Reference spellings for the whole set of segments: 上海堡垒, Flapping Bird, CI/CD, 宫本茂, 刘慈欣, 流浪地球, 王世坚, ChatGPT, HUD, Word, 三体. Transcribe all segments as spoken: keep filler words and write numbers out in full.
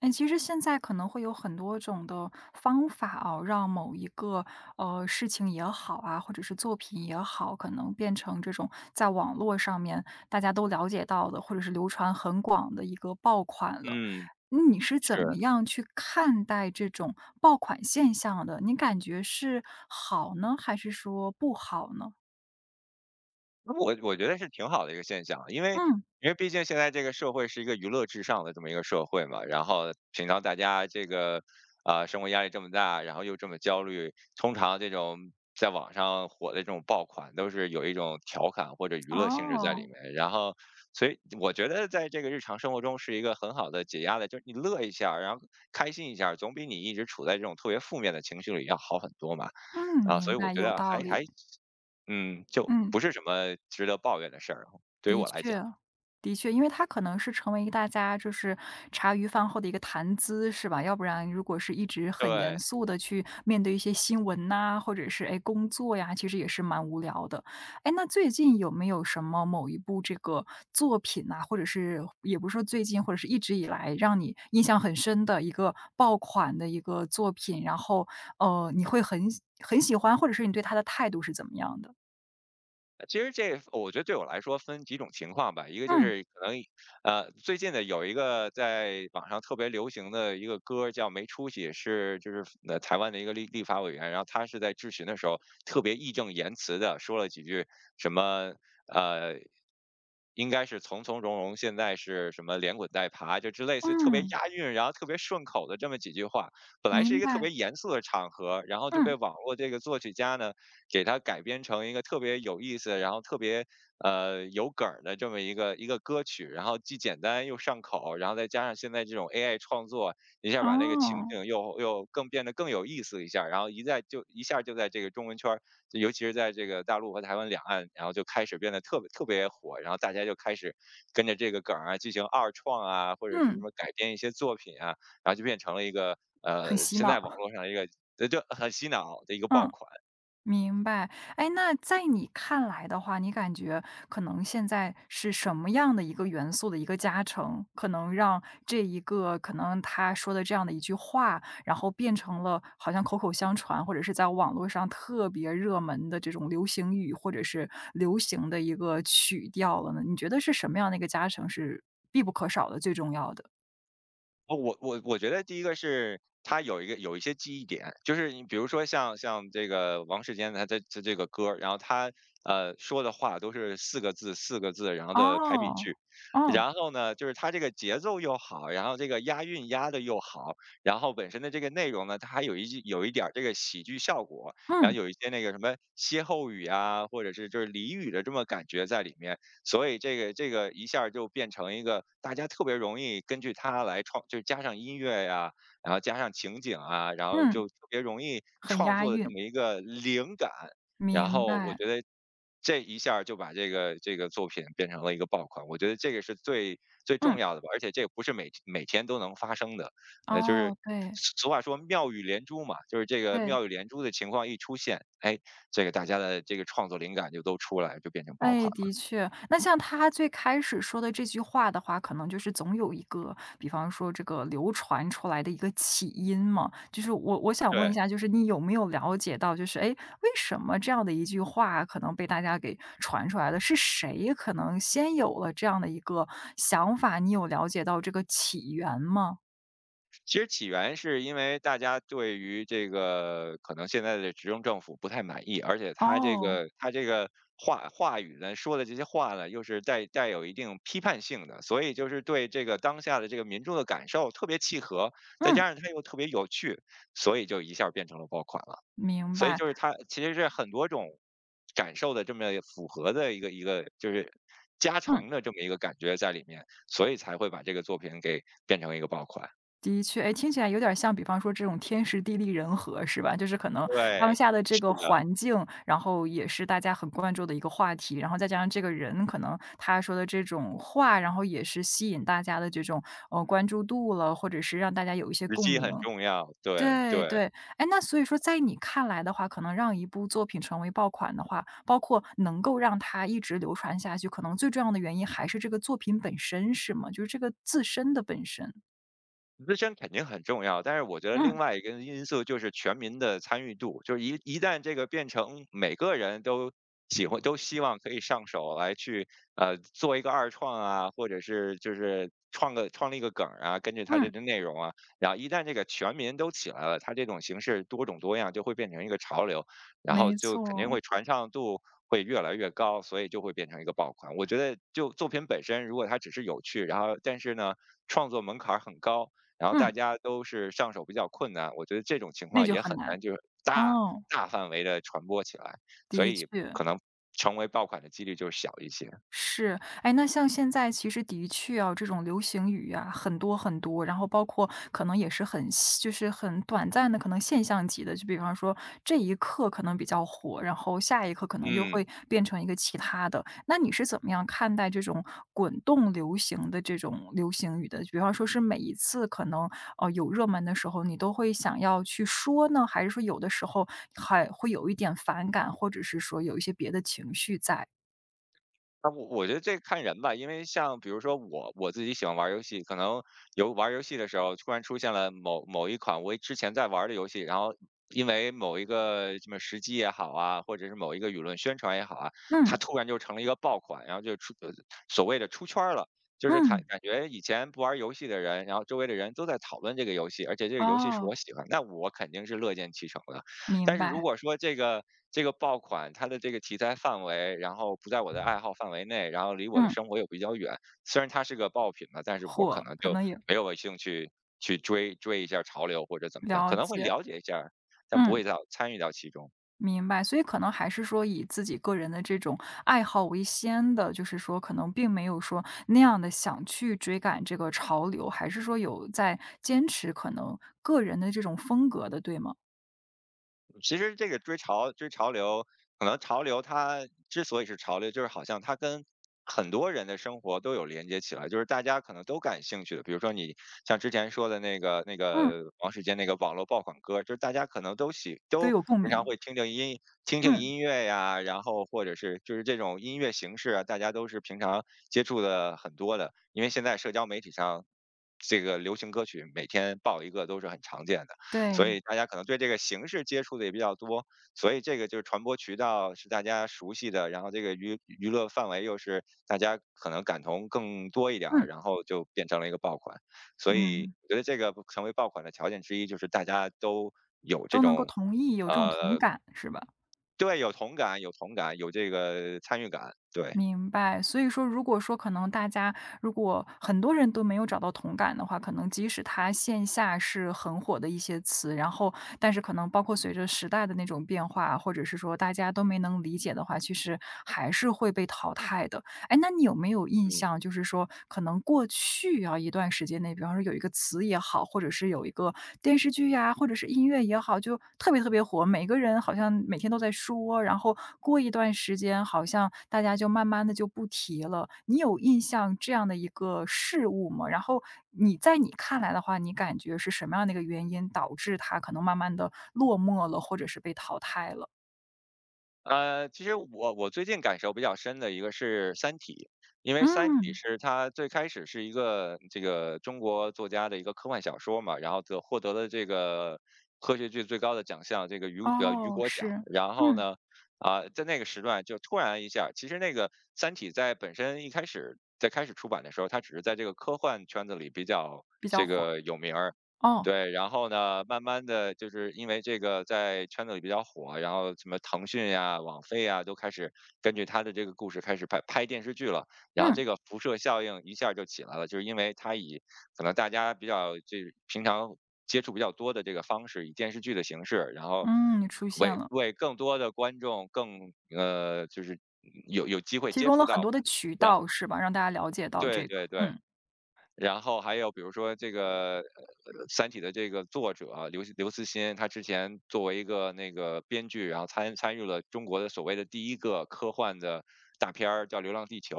哎，其实现在可能会有很多种的方法哦，让某一个呃事情也好啊，或者是作品也好，可能变成这种在网络上面大家都了解到的，或者是流传很广的一个爆款了。嗯，嗯你是怎么是，样去看待这种爆款现象的？你感觉是好呢，还是说不好呢？那我我觉得是挺好的一个现象啊，因为嗯，因为毕竟现在这个社会是一个娱乐至上的这么一个社会嘛，然后平常大家这个啊、生活压力这么大，然后又这么焦虑，通常这种在网上火的这种爆款都是有一种调侃或者娱乐性质在里哦，面，然后所以我觉得在这个日常生活中是一个很好的解压的，就是你乐一下儿，然后开心一下儿，总比你一直处在这种特别负面的情绪里要好很多嘛。嗯，啊，所明以我白，觉有得道还还理。嗯，就嗯。不是什么值得抱怨的事儿，对于的我来讲，确，的确，因为它可能是成为一个大家就是茶余饭后的一个谈资，是吧？要不然如果是一直很严对。肃的去面对一些新闻呐，或者是，哎，工作呀，其实也是蛮无聊的。哎，那最近有没有什么某一部这个作品呐，或者是也不是说最近，或者是一直以来让你印象很深的一个爆款的一个作品，然后，呃，你会很很喜欢，或者是你对它的态度是怎么样的？呃其实这我觉得对我来说分几种情况吧，一个就嗯，是可能，呃，最近的有一个在网上特别流行的一个歌儿叫《没出息》，是就是呃台湾的一个立立法委员，然后他是在质询的时候特别义正言辞的说了几句什么呃，应该是从从容容，现在是什么连滚带爬，就之类似特别嗯，押韵，然后特别顺口的这么几句话，本来是一明个特白，别严肃的场合，然后就被嗯。网络这个作曲家呢，给它改编成一个特别有意思，然后特别呃有梗儿的这么一个一个歌曲，然后既简单又上口，然后再加上现在这种 A I 创作，一下把那个情哦，景又又更变得更有意思一下，然后一在就一下就在这个中文圈儿，尤其是在这个大陆和台湾两岸，然后就开始变得特别特别火，然后大家就开始跟着这个梗儿啊进行二创啊，或者是什嗯，么改编一些作品啊，然后就变成了一个很呃洗现在脑，网络上一个呃就很洗脑的一个爆嗯，款。明白。哎，那在你看来的话，你感觉可能现在是什么样的一个元素的一个加成，可能让这一个可能他说的这样的一句话，然后变成了好像口口相传，或者是在网络上特别热门的这种流行语，或者是流行的一个曲调了呢？你觉得是什么样的一个加成是必不可少的、最重要的？哦，我我我觉得第一个是他有一个有一些记忆点，就是你比如说像像这个王世坚他这这这个歌儿，然后他呃说的话都是四个字四个字，然后的排比哦，句，哦，然后呢就是他这个节奏又好，然后这个押韵押的又好，然后本身的这个内容呢，它还有一句有一点儿这个喜剧效果，然后嗯有一些那个什么歇后语啊，或者是就是俚语的这么感觉在里面，所以这个这个一下儿就变成一个大家特别容易根据它来创，就加上音乐呀、然后加上情景啊，然后嗯，就特别容易很创押作的这韵。么一个灵感。然明后我白，觉得这一下儿就把这个这个作品变成了一个爆款，我觉得这个是最最重嗯，要的吧，而且这个不是每每天都能发生的，呃，就是哦，对，俗话说妙语连珠嘛，就是这个对，妙语连珠的情况一出现，哎，这个大家的这个创作灵感就都出来，就变成爆款哎，的了。确。那像他最开始说的这句话的话，可能就是总有一个，比方说这个流传出来的一个起因嘛。就是我我想问一对，下，就是你有没有了解到，就是哎，诶为什么这样的一句话可能被大家给传出来了？是谁可能先有了这样的一个想法？你有了解到这个起源吗？其实起源是因为大家对于这个可能现在的执政政府不太满意，而且他这哦，个他这个话话语呢，说的这些话呢，又是带带有一定批判性的，所以就是对这个当下的这个民众的感受特别契合，再嗯，加上他又特别有趣，所以就一下儿变成了爆款了。明所以白，就是它其实是很多种感受的这么符合的一个一个就是加嗯。成的这么一个感觉在里面，所以才会把这个作品给变成一个爆款。的确，哎，听起来有点像，比方说这种天时地利人和，是吧？就是可能当对，下的这个是的，环境，然后也是大家很关注的一个话题，然后再加上这个人可能他说的这种话，然后也是吸引大家的这种呃关注度了，或者是让大家有一些时共机鸣。很重要，对对对。对，哎，那所以说，在你看来的话，可能让一部作品成为爆款的话，包括能够让它一直流传下去，可能最重要的原因还是这个作品本身，是吗？就是这个自身的本身。自身肯定很重要，但是我觉得另嗯外一个因素就是全民的参与度，就是一一旦这个变成每个人都喜欢、都希望可以上手来去呃做一个二创啊，或者是就是创个创立一个梗儿啊，根据它这嗯。个内容啊，然后一旦这个全民都起来了，它这种形式多种多样就会变成一个潮流，然后没就肯定会错，传唱度。会越来越高，所以就会变成一个爆款。我觉得就作品本身，如果它只是有趣，然后但是呢，创作门槛儿很高，然后大嗯，家都是上手比较困难，我觉得这种情那况就也很很难，难就是大哦，大范围的传播起来，所的以确，可能成为爆款的几率就小一些，是，哎，那像现在其实的确啊，这种流行语啊，很多很多，然后包括可能也是很细就是很短暂的，可能现象级的，就比方说这一刻可能比较火，然后下一刻可能又嗯。会变成一个其他的。那你是怎么样看待这种滚动流行的这种流行语的？比方说是每一次可能呃有热门的时候，你都会想要去说呢，还是说有的时候还会有一点反感，或者是说有一些别的情绪在？啊，我我觉得这看人吧，因为像比如说我我自己喜欢玩儿游戏，可能有玩儿游戏的时候突然出现了某某一款我之前在玩儿的游戏，然后因为某一个什么时机也好啊，或者是某一个舆论宣传也好啊，它嗯突然就成了一个爆款，然后就出呃所谓的出圈儿了。就是感嗯，感觉以前不玩儿游戏的人，然后周围的人都在讨论这个游戏，而且这个游戏是我哦，喜欢，那我肯定是乐见其成的。明但是如白，果说这个这个爆款它的这个题材范围，然后不在我的爱好范围内，然后离我的嗯，生活又比较远，虽然它是个爆品吧，但是我可或能可就能也没有兴趣去追追一下潮流或者怎么样，了可能会解，了解一下，但不会嗯，到参与到其中。明白。所以可能还是说以自己个人的这种爱好为先的，就是说可能并没有说那样的想去追赶这个潮流，还是说有在坚持可能个人的这种风格的，对吗？其实这个追潮追潮流，可能潮流它之所以是潮流，就是好像它跟很多人的生活都有连接起来，就是大家可能都感兴趣的。比如说你像之前说的那个那嗯，个王世坚那个网络爆款歌，就是大家可能都喜都都有共平常鸣，会听听音听听嗯，音乐呀，然后或者是就是这种音乐形式啊，大家都是平常接触的很多的，因为现在社交媒体上，这个流行歌曲每天爆一个都是很常见的，所对，以大家可能对这个形式接触的也比较多，所以这个就是传播渠道是大家熟悉的，然后这个娱娱乐范围又是大家可能感同更多一点儿，嗯，然后就变成了一个爆款。所以嗯，我觉得这个成为爆款的条件之一就是大家都有这都能够种，同意，有这种同呃，感，是吧？对，有同感，有同感，有这个参与感，对。明白，所以说，如果说可能大家如果很多人都没有找到同感的话，可能即使它线下是很火的一些词，然后但是可能包括随着时代的那种变化，或者是说大家都没能理解的话，其实还是会被淘汰的。哎，那你有没有印嗯。象，就是说可能过去啊一段时间内，比方说有一个词也好，或者是有一个电视剧呀，或者是音乐也好，就特别特别火，每个人好像每天都在说，然后过一段时间，好像大家就慢慢的就不提了。你有印象这样的一个事物吗？然后你在你看来的话，你感觉是什么样的一个原因导致它可能慢慢的落寞了，或者是被淘汰了？呃，其实我我最近感受比较深的一个是《三体》，因为《三体》嗯，是它最开始是一个这个中国作家的一个科幻小说嘛，然后得获得了这个科学剧最高的奖项，这个雨呃雨哦，果奖。是，然后嗯，呢，啊、在那个时段就突然一下，其实那个《三体》在本身一开始在开始出版的时候，它只是在这个科幻圈子里比较比较这火，个有名儿，哦，对，然后呢，慢慢的就是因为这个在圈子里比较火，然后什么腾讯呀、网飞呀都开始根据他的这个故事开始拍拍电视剧了，然后嗯。这个辐射效应一下儿就起来了，就是因为他以可能大家比较这平常接触比较多的这个方式，以电视剧的形式，然后嗯，出现为了，为更多的观众更呃，就是有有机会提接供触了到很吧，多的渠然后道是吧？让大家了解到对这个，对对。嗯，然后还有比如说这个呃《三体》的这个作者啊刘刘慈欣，他之前作为一个那个编剧，然后参参与了中国的所谓的第一个科幻的大片儿，叫《流浪地球》。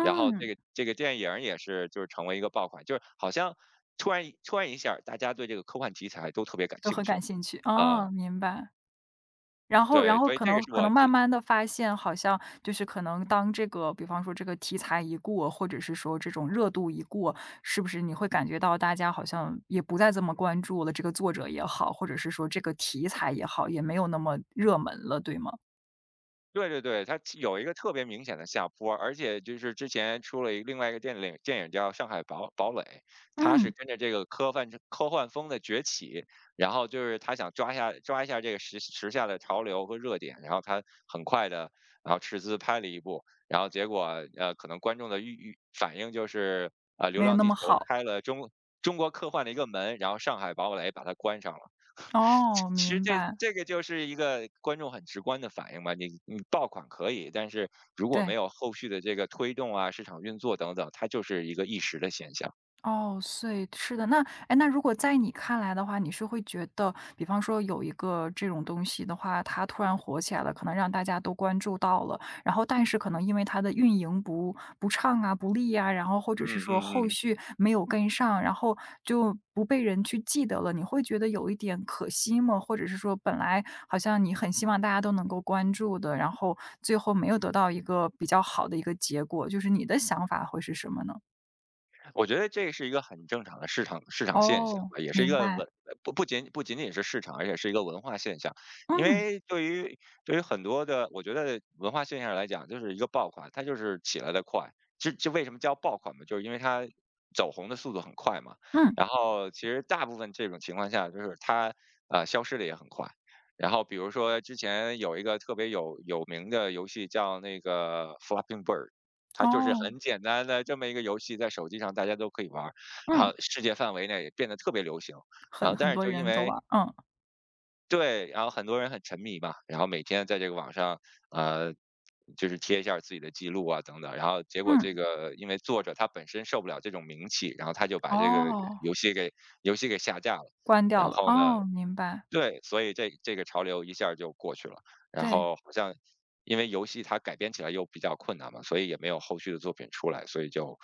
然后这个这个电影儿也是就是成为一个爆款，就是好像突然一突然一下儿大家对这个科幻题材都特别感都兴很趣了感兴趣，啊。哦，明白。然后然对，后所以可这个能是可我能这慢慢的发现，好像就是可能当这个比方说这个题材一过，或者是说这种热度一过，是不是你会感觉到大家好像也不再这么关注了，这个作者也好，或者是说这个题材也好，也没有那么热门了，对吗？对对对，它其有一个特别明显的下坡，而且就是之前出了一另外一个电影，电影叫《上海堡堡垒》，它是嗯，跟着这个科幻科幻风的崛起，然后就是他想抓下抓一下这个时时下的潮流和热点，然后他很快的，然后斥资拍了一部，然后结果呃，可能观众的预预反应就是啊，呃流没有浪那地么球》好，开了中中国科幻的一个门，然后《上海堡垒》把它关上了。哦，其实明这白，这个就是一个观众很直观的反应吧，你你爆款可以，但是如果没对。有后续的这个推动啊、市场运作等等，它就是一个一时的现象。哦，所以是的，那哎，那如果在你看来的话，你是会觉得，比方说有一个这种东西的话，它突然火起来了，可能让大家都关注到了，然后但是可能因为它的运营不不畅啊、不利啊，然后或者是嗯说后嗯嗯。续没有跟上，然后就不被人去记得了，你会觉得有一点可惜吗？或者是说本来好像你很希望大家都能够关注的，然后最后没有得到一个比较好的一个结果，就是你的想法会是什么呢？我觉得这是一个很正常的市场市场现象哦，吧，也是一明个白。文不不仅不仅仅是市场，而且是一个文化现象。因嗯，为对于对于很多的，我觉得文化现象来讲，就是一个爆款，它就是起来的快。这这为什么叫爆款嘛？就是因为它走红的速度很快嘛。嗯，然后其实大部分这种情况下，就是它呃消失的也很快。然后比如说之前有一个特别有有名的游戏叫那个 Flapping Bird。它就是哦，很简单的这么一个游戏，在手机上大家都可以玩儿，然嗯，后世界范围内也变得特别流行。然后很但很是多就因人都为玩儿嗯，对，然后很多人很沉迷嘛，然后每天在这个网上，呃，就是贴一下自己的记录啊等等，然后结果嗯，这个因为作者他本身受不了这种名气，然后他就把这个哦，游戏给游戏给下架了。关然掉了，后呢哦，明白，对，所以这这个潮流一下儿就过去了。然对，后好像因为游戏它改编起来又比较困难嘛，所以也没有后续的作品出来，所以就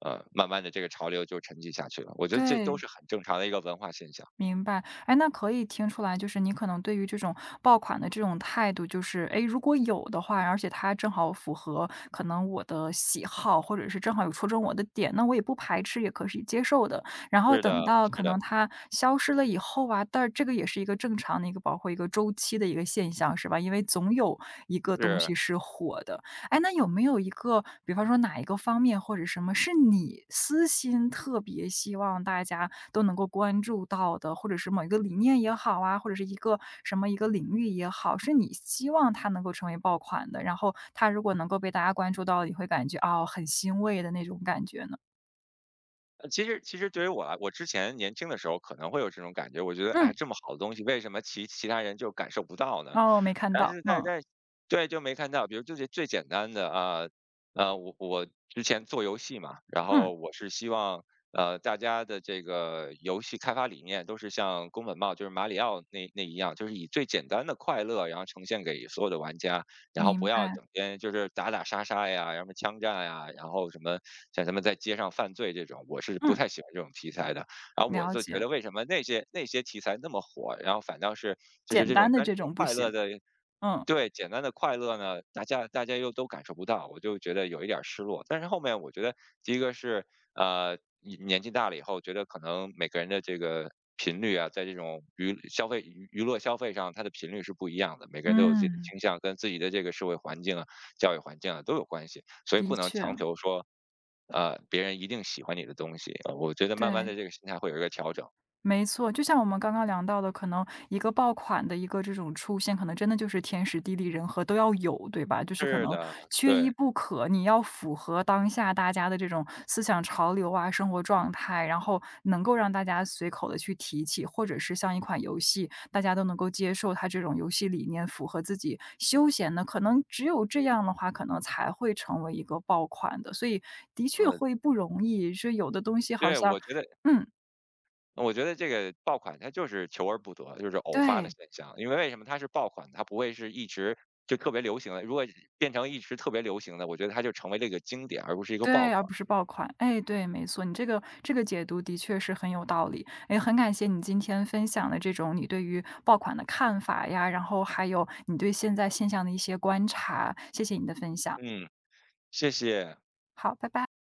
呃，慢慢的这个潮流就沉寂下去了。我觉得这都对。是很正常的一个文化现象。明白，哎，那可以听出来，就是你可能对于这种爆款的这种态度，就是哎，诶如果有的话，而且它正好符合可能我的喜好，或者是正好有戳中我的点，那我也不排斥，也可以接受的。然后是的，等到是可的，能它消失了以后啊，但这个也是一个正常的一个，包括一个周期的一个现象，是吧？因为总有一个是。东呃西是火的，哎，那有没有一个，比方说哪一个方面或者什么，是你私心特别希望大家都能够关注到的，或者是某一个理念也好啊，或者是一个什么一个领域也好，是你希望它能够成为爆款的，然后它如果能够被大家关注到，你会感觉哦很欣慰的那种感觉呢？其实其实对于我来我之前年轻的时候可能会有这种感觉，我觉得，哎，嗯，这么好的东西，为什么其其他人就感受不到呢？哦，没看但到，是在嗯在对，就没看到，比如就是最简单的啊，呃，我我之前做游戏嘛，然嗯，后我是希望呃大家的这个游戏开发理念都是像宫本茂就是马里奥那那一样，就是以最简单的快乐，然后呈现给所有的玩家，然后不明要白，整天就是打打杀杀呀，然么枪战呀，然后什么像什么在街上犯罪这种，我是不嗯，太喜欢这种题材的。然后我了就觉解，得为什么那些那些题材那么火，然后反倒是就是简这种单的单纯这种不快乐行，的嗯对，简单的快乐呢，大家大家又都感受不到，我就觉得有一点儿失落。但是后面我觉得，第一个是呃，你年纪大了以后，觉得可能每个人的这个频率啊，在这种娱消费娱娱乐消费上，它的频率是不一样的，每个人都有自己的嗯，倾向，跟自己的这个社会环境啊、教育环境啊都有关系，所以的不能确，强求说，呃，别人一定喜欢你的东西。呃我觉得慢慢的对。这个心态会有一个调整。没错，就像我们刚刚聊到的，可能一个爆款的一个这种出现，可能真的就是天时地利人和都要有，对吧？就是可是能的，缺一对，不可，你要符合当下大家的这种思想潮流啊、生活状态，然后能够让大家随口的去提起，或者是像一款游戏，大家都能够接受它这种游戏理念，符合自己休闲的，可能只有这样的话，可能才会成为一个爆款的。所以的确嗯，会不容易，是有的东西好对，像，我觉得嗯，我觉得这个爆款它就是求而不得，就是偶发的对。现象。因为为什么它是爆款，它不会是一直就特别流行的。如果变成一直特别流行的，我觉得它就成为了一个经典，而不是一个爆对，而款。不是爆款。哎，对，没错，你这个这个解读的确是很有道理。哎，很感谢你今天分享的这种你对于爆款的看法呀，然后还有你对现在现象的一些观察，谢谢你的分享。嗯，谢谢。好，拜拜。